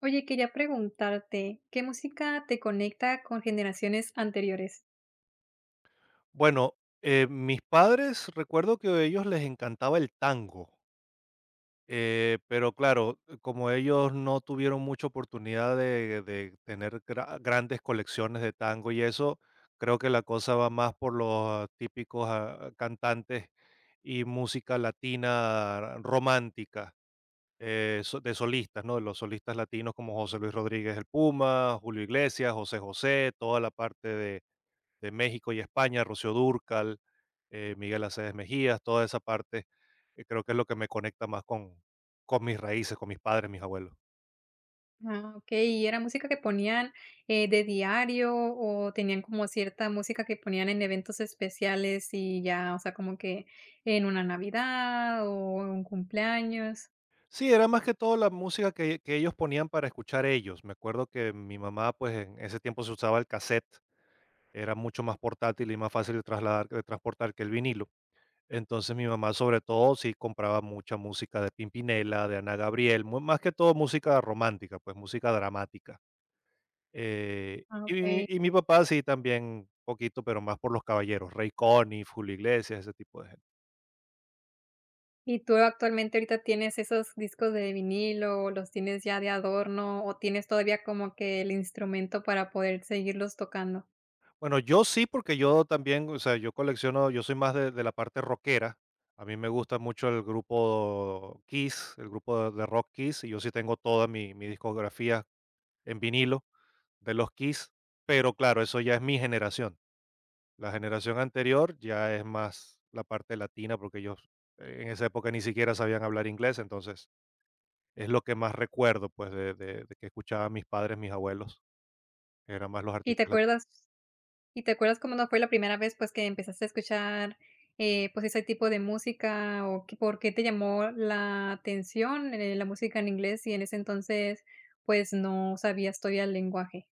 Oye, quería preguntarte, ¿qué música te conecta con generaciones anteriores? Bueno, mis padres, recuerdo que a ellos les encantaba el tango, pero claro, como ellos no tuvieron mucha oportunidad de tener grandes colecciones de tango y eso, creo que la cosa va más por los típicos cantantes y música latina romántica, de solistas, ¿no? De los solistas latinos como José Luis Rodríguez el Puma, Julio Iglesias, José José, toda la parte de México y España, Rocío Dúrcal, Miguel Aceves Mejías, toda esa parte, creo que es lo que me conecta más con mis raíces, con mis padres, mis abuelos. Ah, okey, ¿y era música que ponían, de diario o tenían como cierta música que ponían en eventos especiales y ya, o sea, como que en una Navidad o en un cumpleaños? Sí, era más que todo la música que ellos ponían para escuchar ellos. Me acuerdo que mi mamá, pues en ese tiempo se usaba el cassette, era mucho más portátil y más fácil de trasladar, de transportar que el vinilo. Entonces mi mamá sobre todo sí compraba mucha música de Pimpinela, de Ana Gabriel, más que todo música romántica, pues música dramática. Eh, Ah, okey. y y mi papá sí también poquito, pero más por los caballeros, Ray Conniff, Julio Iglesias, ese tipo de gente. ¿Y tú actualmente ahorita tienes esos discos de vinilo, o los tienes ya de adorno, o tienes todavía como que el instrumento para poder seguirlos tocando? Bueno, yo sí, porque yo también, o sea, yo colecciono, yo soy más de la parte rockera. A mí me gusta mucho el grupo Kiss, el grupo de rock Kiss, y yo sí tengo toda mi discografía en vinilo de los Kiss, pero claro, eso ya es mi generación. La generación anterior ya es más la parte latina, porque ellos en esa época ni siquiera sabían hablar inglés, entonces es lo que más recuerdo, pues, de que escuchaba a mis padres, mis abuelos, que eran más los ¿Y te artistas latinos. acuerdas? ¿Y te acuerdas cómo no fue la primera vez, pues, que empezaste a escuchar, pues, ese tipo de música o qué por qué te llamó la atención, la música en inglés? Y en ese entonces, pues, no sabías todavía el lenguaje.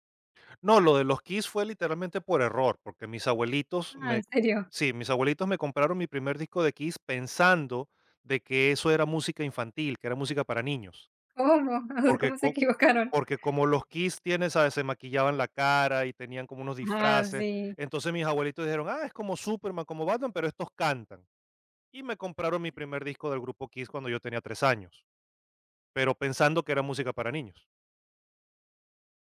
No, lo de los Kiss fue literalmente por error, porque Ah, ¿en serio? Mis abuelitos me compraron mi primer disco de Kiss pensando de que eso era música infantil, que era música para niños, ¿Cómo? O sea, porque ¿cómo se co equivocaron? porque como los Kiss tienen, ¿sabes?, se maquillaban la cara y tenían como unos Ah, disfraces, sí. entonces mis abuelitos dijeron: "Ah, es como Superman, como Batman, pero estos cantan". Y me compraron mi primer disco del grupo Kiss cuando yo tenía 3 años, pero pensando que era música para niños.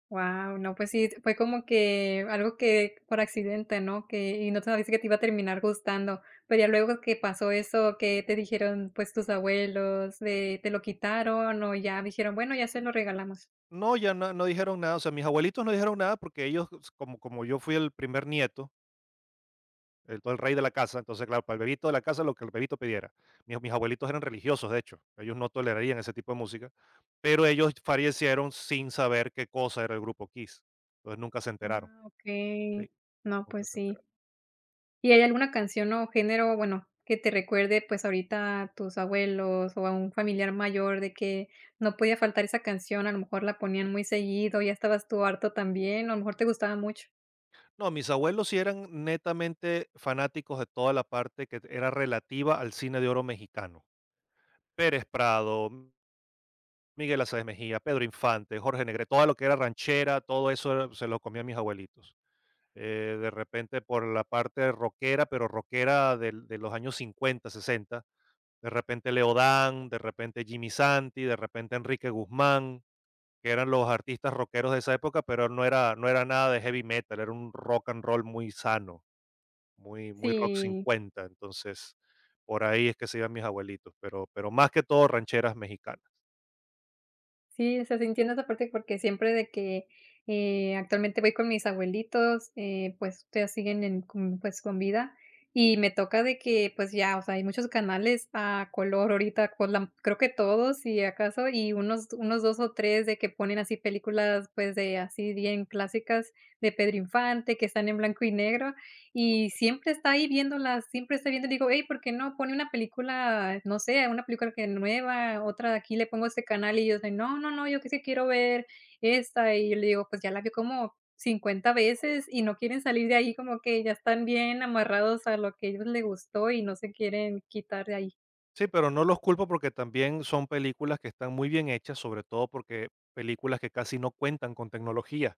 Wow, no, pues sí, fue como que algo que por accidente, ¿no? Que y no sabías que te iba a terminar gustando, pero ya luego que pasó eso, que te dijeron, pues, tus abuelos? ¿De te lo quitaron o ya dijeron: "Bueno, ya se lo regalamos"? No, ya no, no dijeron nada, o sea, mis abuelitos no dijeron nada porque ellos, como yo fui el primer nieto, el rey de la casa, entonces, claro, para el bebito de la casa lo que el bebito pidiera. Mis abuelitos eran religiosos, de hecho, ellos no tolerarían ese tipo de música, pero ellos fallecieron sin saber qué cosa era el grupo Kiss, entonces nunca se enteraron. Ah, Sí, okey. No, nunca pues se sí. enteraron. ¿Y hay alguna canción o género, bueno, que te recuerde, pues, ahorita a tus abuelos o a un familiar mayor de que no podía faltar esa canción? A lo mejor la ponían muy seguido, ya estabas tú harto también, o a lo mejor te gustaba mucho. No, mis abuelos sí eran netamente fanáticos de toda la parte que era relativa al cine de oro mexicano. Pérez Prado, Miguel Aceves Mejía, Pedro Infante, Jorge Negrete, todo lo que era ranchera, todo eso se lo comían mis abuelitos. De repente por la parte rockera, pero rockera de los años 50, 60, de repente Leodán, de repente Jimmy Santi, de repente Enrique Guzmán, que eran los artistas rockeros de esa época, pero no era, no era nada de heavy metal, era un rock and roll muy sano, muy, muy rock Sí. 50, entonces por ahí es que se iban mis abuelitos, pero más que todo rancheras mexicanas. Sí, o sea, sí entiendo esa parte porque siempre de que, actualmente voy con mis abuelitos, pues, todavía siguen en con pues, con vida, y me toca de que, pues, ya, o sea, hay muchos canales a color ahorita, con la creo que todos, y acaso, y unos 2 o 3 de que ponen así películas, pues, de así bien clásicas de Pedro Infante, que están en blanco y negro, y siempre está ahí viéndolas, siempre está viendo, digo: hey ¿por qué no pone una película, no sé, una película que nueva, otra de aquí, le pongo este canal", y ellos de: "No, no, no, yo que sí quiero ver esta", y yo le digo: "Pues ya la vi como 50 veces y no quieren salir de ahí", como que ya están bien amarrados a lo que a ellos les gustó y no se quieren quitar de ahí. Sí, pero no los culpo porque también son películas que están muy bien hechas, sobre todo porque películas que casi no cuentan con tecnología.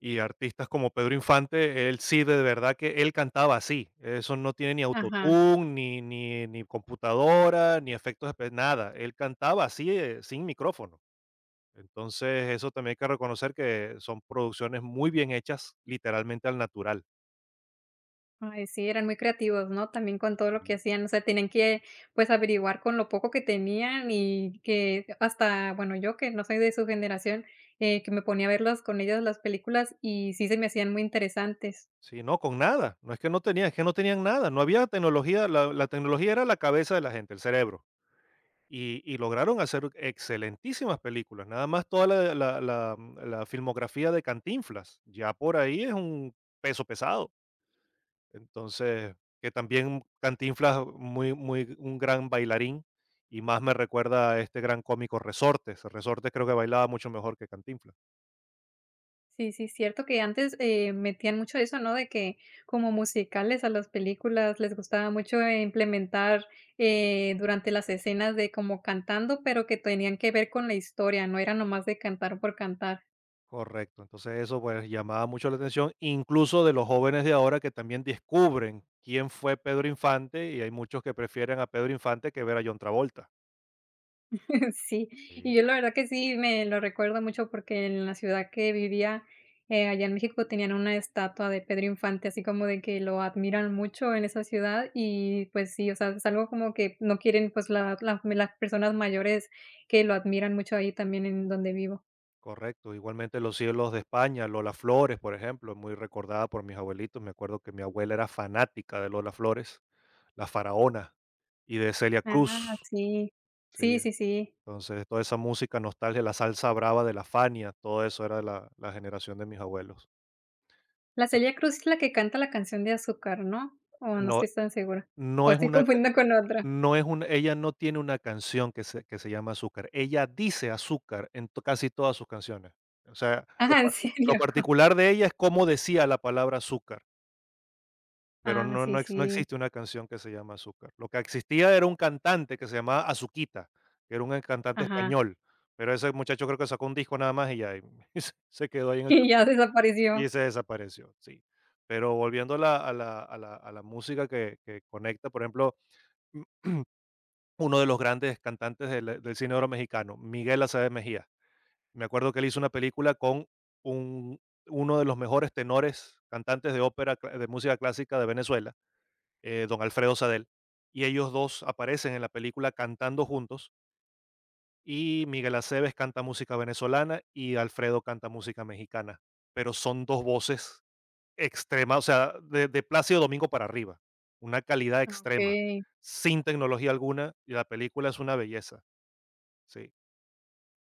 Y artistas como Pedro Infante, él sí, de verdad que él cantaba así. Eso no tiene ni Ajá. autotune, ni computadora, ni efectos, nada. Él cantaba así, sin micrófono. Entonces, eso también hay que reconocer que son producciones muy bien hechas, literalmente al natural. Ay, sí, eran muy creativos, ¿no? También con todo lo que hacían, o sea, tenían que, pues, averiguar con lo poco que tenían y que hasta, bueno, yo que no soy de su generación, que me ponía a verlas con ellos las películas y sí se me hacían muy interesantes. Sí, no, con nada. No es que no tenían, es que no tenían nada. No había tecnología. La tecnología era la cabeza de la gente, el cerebro. Y lograron hacer excelentísimas películas. Nada más toda la filmografía de Cantinflas. Ya por ahí es un peso pesado. Entonces, que también Cantinflas, muy, muy, un gran bailarín. Y más me recuerda a este gran cómico Resortes. Resortes creo que bailaba mucho mejor que Cantinflas. Sí, sí, cierto que antes, metían mucho eso, ¿no? De que como musicales a las películas, les gustaba mucho implementar, durante las escenas de como cantando, pero que tenían que ver con la historia, no era nomás de cantar por cantar. Correcto. Entonces eso, pues, llamaba mucho la atención, incluso de los jóvenes de ahora que también descubren quién fue Pedro Infante, y hay muchos que prefieren a Pedro Infante que ver a John Travolta. Sí, y Sí. yo la verdad que sí me lo recuerdo mucho porque en la ciudad que vivía, allá en México tenían una estatua de Pedro Infante, así como de que lo admiran mucho en esa ciudad y pues sí, o sea, es algo como que no quieren pues la las personas mayores que lo admiran mucho ahí también en donde vivo. Correcto. Igualmente Los cielos de España, Lola Flores, por ejemplo, muy recordada por mis abuelitos. Me acuerdo que mi abuela era fanática de Lola Flores, La Faraona y de Celia Ah, Cruz. sí. Sí, Sí, sí, sí. entonces toda esa música nostalgia, la salsa brava de la Fania, todo eso era de la generación de mis abuelos. La Entonces, Celia Cruz es la que canta la canción de Azúcar, ¿no? O no no, estoy tan segura. O no es estoy una... confundiendo con otra. No es un... ella no tiene una canción que se llama Azúcar. Ella dice Azúcar en to casi todas sus canciones. O sea, Ajá, ¿en lo serio? particular de ella es cómo decía la palabra azúcar, pero Ah, sí, no sí. existe una canción que se llama Azúcar. Lo que existía era un cantante que se llamaba Azuquita, que era un cantante Ajá. español, pero ese muchacho creo que sacó un disco nada más y ya, y se quedó ahí en el Y ya tapete y desapareció. se desapareció, sí. Pero volviendo a la música que conecta, por ejemplo uno de los grandes cantantes del cine de oro mexicano, Miguel Aceves Mejía. Me acuerdo que él hizo una película con un- uno de los mejores tenores, cantantes de ópera, de música clásica de Venezuela, don Alfredo Sadel. Y ellos dos aparecen en la película cantando juntos. Y Miguel Aceves canta música venezolana y Alfredo canta música mexicana. Pero son dos voces extremas, o sea, de Plácido Domingo para arriba. Una calidad extrema, Okay. sin tecnología alguna. Y la película es una belleza. Sí.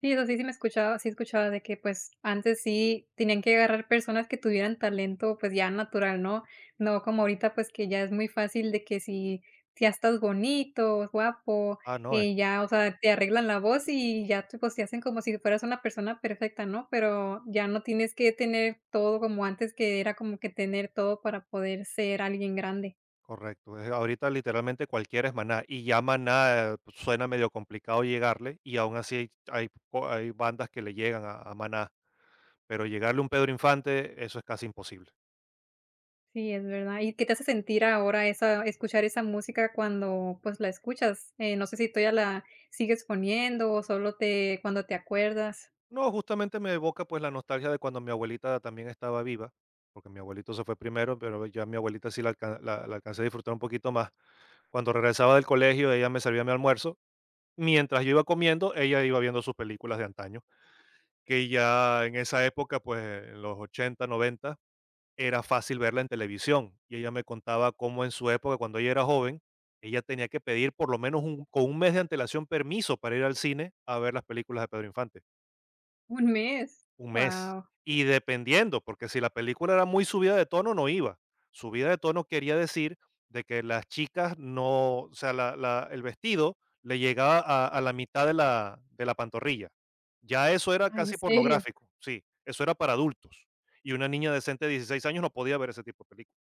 Sí, eso sí, sí me escuchaba sí escuchaba de que, pues, antes sí tenían que agarrar personas que tuvieran talento, pues, ya natural, ¿no? No como ahorita, pues, que ya es muy fácil de que si si ya estás bonito, guapo, Ah, no, es ya, o sea, te arreglan la voz y ya te, pues, te hacen como si fueras una persona perfecta, ¿no? Pero ya no tienes que tener todo como antes, que era como que tener todo para poder ser alguien grande. correcto. Ahorita literalmente cualquiera es Maná y ya Maná, suena medio complicado llegarle y aún así hay hay co hay bandas que le llegan a Maná, pero llegarle un Pedro Infante, eso es casi imposible. Sí, es verdad. ¿Y qué te hace sentir ahora esa escuchar esa música cuando, pues, la escuchas? No sé si todavía la sigues poniendo o solo te cuando te acuerdas. No, justamente me evoca, pues, la nostalgia de cuando mi abuelita también estaba viva, porque mi abuelito se fue primero, pero ya mi abuelita sí la alcancé a disfrutar un poquito más. Cuando regresaba del colegio, ella me servía mi almuerzo. Mientras yo iba comiendo, ella iba viendo sus películas de antaño, que ya en esa época, pues, en los 80, 90 era fácil verla en televisión. Y ella me contaba cómo en su época, cuando ella era joven, ella tenía que pedir por lo menos con un mes de antelación permiso para ir al cine a ver las películas de Pedro Infante. ¿Un mes? Un mes. Wow. Y dependiendo, porque si la película era muy subida de tono, no iba. Subida de tono quería decir de que las chicas no, o sea, el vestido le llegaba a la mitad de de la pantorrilla. Ya eso era ¿En casi serio? pornográfico, sí, eso era para adultos. Y una niña decente de 16 años no podía ver ese tipo de películas.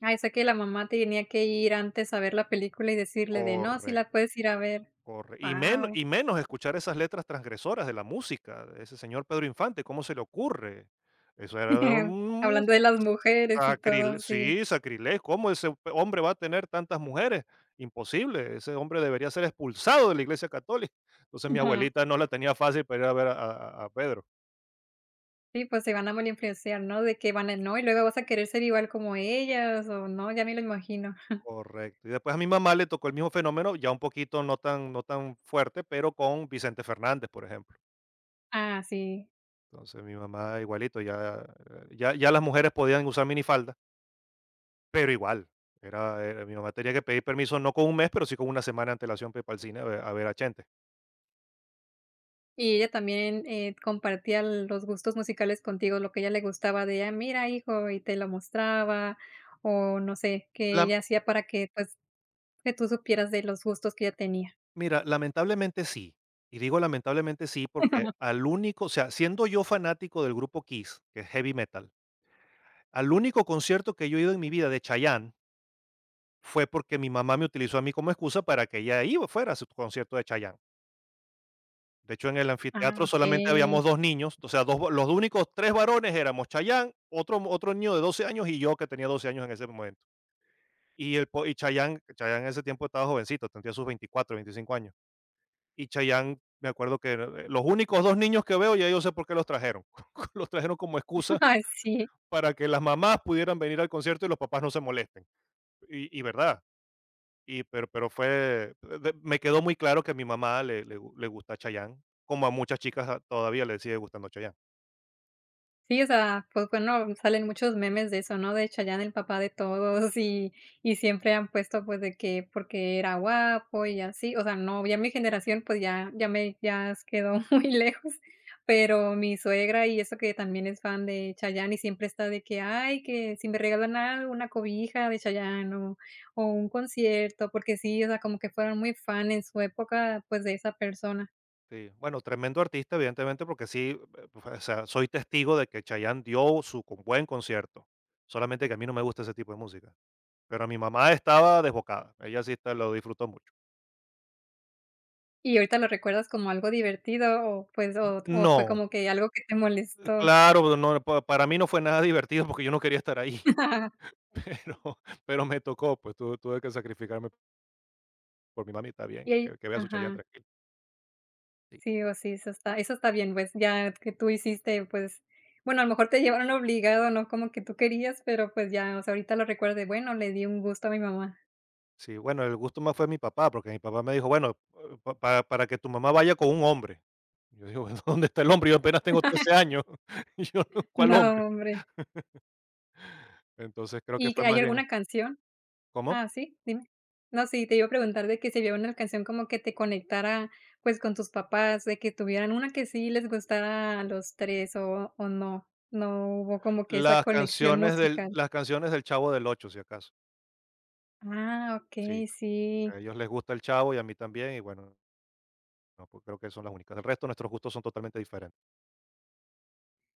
Ah, o sea que la mamá tenía que ir antes a ver la película y decirle de: "No, sí la Correcto, puedes ir a ver". corre y Wow. Menos escuchar esas letras transgresoras de la música de ese señor Pedro Infante, ¿cómo se le ocurre? Eso era un Hablando de las mujeres y todo, sacrile sí. sí, sacrilegio, ¿cómo hombre va a tener tantas mujeres? Imposible, ese hombre debería ser expulsado de la Iglesia Católica. Entonces, mi Ajá. abuelita no la tenía fácil para ir a ver a Pedro. Sí, pues se van a mal influenciar, ¿no? De que van a: "No, y luego vas a querer ser igual como ellas", o no, ya me lo imagino. Correcto, y después a mi mamá le tocó el mismo fenómeno, ya un poquito no tan fuerte, pero con Vicente Fernández, por ejemplo. Ah, sí. Entonces mi mamá igualito, ya las mujeres podían usar minifalda, pero igual, era era mi mamá tenía que pedir permiso, no con un mes, pero sí con una semana de antelación para ir para el cine a ver a Chente. Y ella también, compartía los gustos musicales contigo, lo que a ella le gustaba de: ella, mira, hijo", y te lo mostraba, o no sé, que La ella hacía para que, pues, que tú supieras de los gustos que ella tenía. Mira, lamentablemente sí, y digo lamentablemente sí, porque al único... o sea, siendo yo fanático del grupo Kiss, que es heavy metal, al único concierto que yo he ido en mi vida de Chayanne fue porque mi mamá me utilizó a mí como excusa para que ella iba fuera a su concierto de Chayanne. De hecho, en el Ah, anfiteatro solamente okey. habíamos 2 niños, o sea, 2 va los únicos 3 varones éramos Chayán, otro niño de 12 años y yo, que tenía 12 años en ese momento. Y el po y Chayán, Chayán en ese tiempo estaba jovencito, tendría sus 24, 25 años. Y Chayán, me acuerdo que los únicos 2 niños que veo, ya yo sé por qué los trajeron. Los trajeron como excusa Ay, sí. para que las mamás pudieran venir al concierto y los papás no se molesten. Y verdad, pero fue de... me quedó muy claro que a mi mamá le gusta Chayán, como a muchas chicas todavía le sigue gustando Chayán. Sí, o sea, pues bueno, salen muchos memes de eso, ¿no? De Chayanne, el papá de todos, y siempre han puesto, pues, de que porque era guapo y así. O sea, no, ya mi generación, pues, ya me ya s- quedó muy lejos, pero mi suegra y eso que también es fan de Chayanne y siempre está de que: "Ay, que si me regalan algo, una cobija de Chayanne o un concierto", porque sí, o sea, como que fueron muy fan en su época, pues, de esa persona. Sí, bueno, tremendo artista, evidentemente, porque sí, pues, o sea, soy testigo de que Chayanne dio su con buen concierto. Solamente que a mí no me gusta ese tipo de música. Pero mi mamá estaba desbocada. Ella lo disfrutó mucho. ¿Y ahorita lo recuerdas como algo divertido o, pues, o fue No, como que algo que te molestó? claro, no, para mí no fue nada divertido porque yo no quería estar ahí. Pero, pero me tocó, pues tuve que sacrificarme por mi mami, está bien, Y ahí que vea su Chayanne ajá, tranquilo. Sí. sí, o sí, eso está bien, pues, ya que tú hiciste, pues, bueno, a lo mejor te llevaron obligado, no como que tú querías, pero, pues, ya, o sea, ahorita lo recuerdas de: "Bueno, le di un gusto a mi mamá". Sí, bueno, el gusto más fue mi papá, porque mi papá me dijo, bueno, para que tu mamá vaya con un hombre. Yo digo: "Bueno, ¿dónde está el hombre? Yo apenas tengo 13 años". Y yo: no, "¿Cuál No, hombre?". hombre. Entonces, creo que ¿Y que fue hay más bien... alguna canción? ¿Cómo? Ah, sí, dime. No, sí, te iba a preguntar de que si había una canción como que te conectara, pues, con tus papás, de que tuvieran una que sí les gustara a los 3 o no, no hubo como que esa conexión musical. Las canciones del Chavo del ocho si acaso. Ah, okey, Sí, sí. a ellos les gusta el Chavo y a mí también, y bueno, no, pues, creo que son las únicas. El resto, nuestros gustos son totalmente diferentes.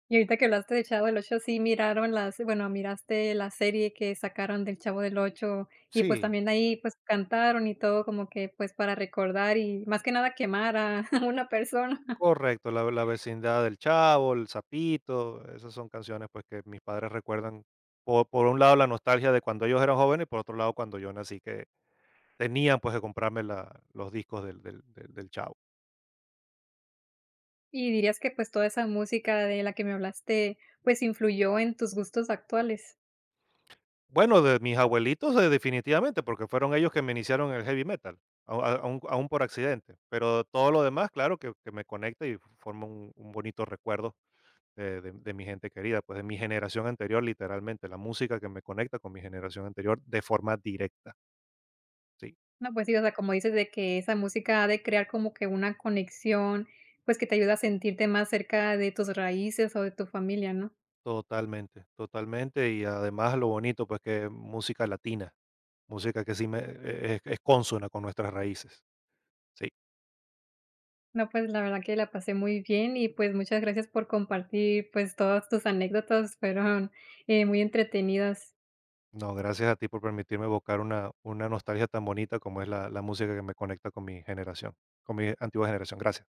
Y ahorita que hablaste de Chavo del 8, sí miraron las bueno, miraste la serie que sacaron del Chavo del 8 y, pues, Sí, también ahí, pues, cantaron y todo como que, pues, para recordar y más que nada quemar a una persona. correcto, la vecindad del Chavo, el Sapito, esas son canciones, pues, que mis padres recuerdan, por un lado, la nostalgia de cuando ellos eran jóvenes, y por otro lado, cuando yo nací, que tenían, pues, que comprarme la los discos del Chavo. ¿Y dirías que, pues, toda esa música de la que me hablaste, pues, influyó en tus gustos actuales? Bueno, de mis abuelitos, definitivamente, porque fueron ellos que me iniciaron en el heavy metal, aún por accidente. Pero todo lo demás, claro, que me conecta y forma un bonito recuerdo de mi gente querida, pues de mi generación anterior, literalmente, la música que me conecta con mi generación anterior de forma directa. Sí, No, pues sí, o sea, como dices de que esa música ha de crear como que una conexión, pues, que te ayuda a sentirte más cerca de tus raíces o de tu familia, ¿no? totalmente, totalmente. Y además lo bonito, pues que música latina, música que sí me, es consona con nuestras raíces. Sí. No, pues, la verdad que la pasé muy bien y, pues, muchas gracias por compartir, pues, todas tus anécdotas, fueron, muy entretenidas. No, gracias a ti por permitirme evocar una nostalgia tan bonita como es la música que me conecta con mi generación, con mi antigua generación. Gracias.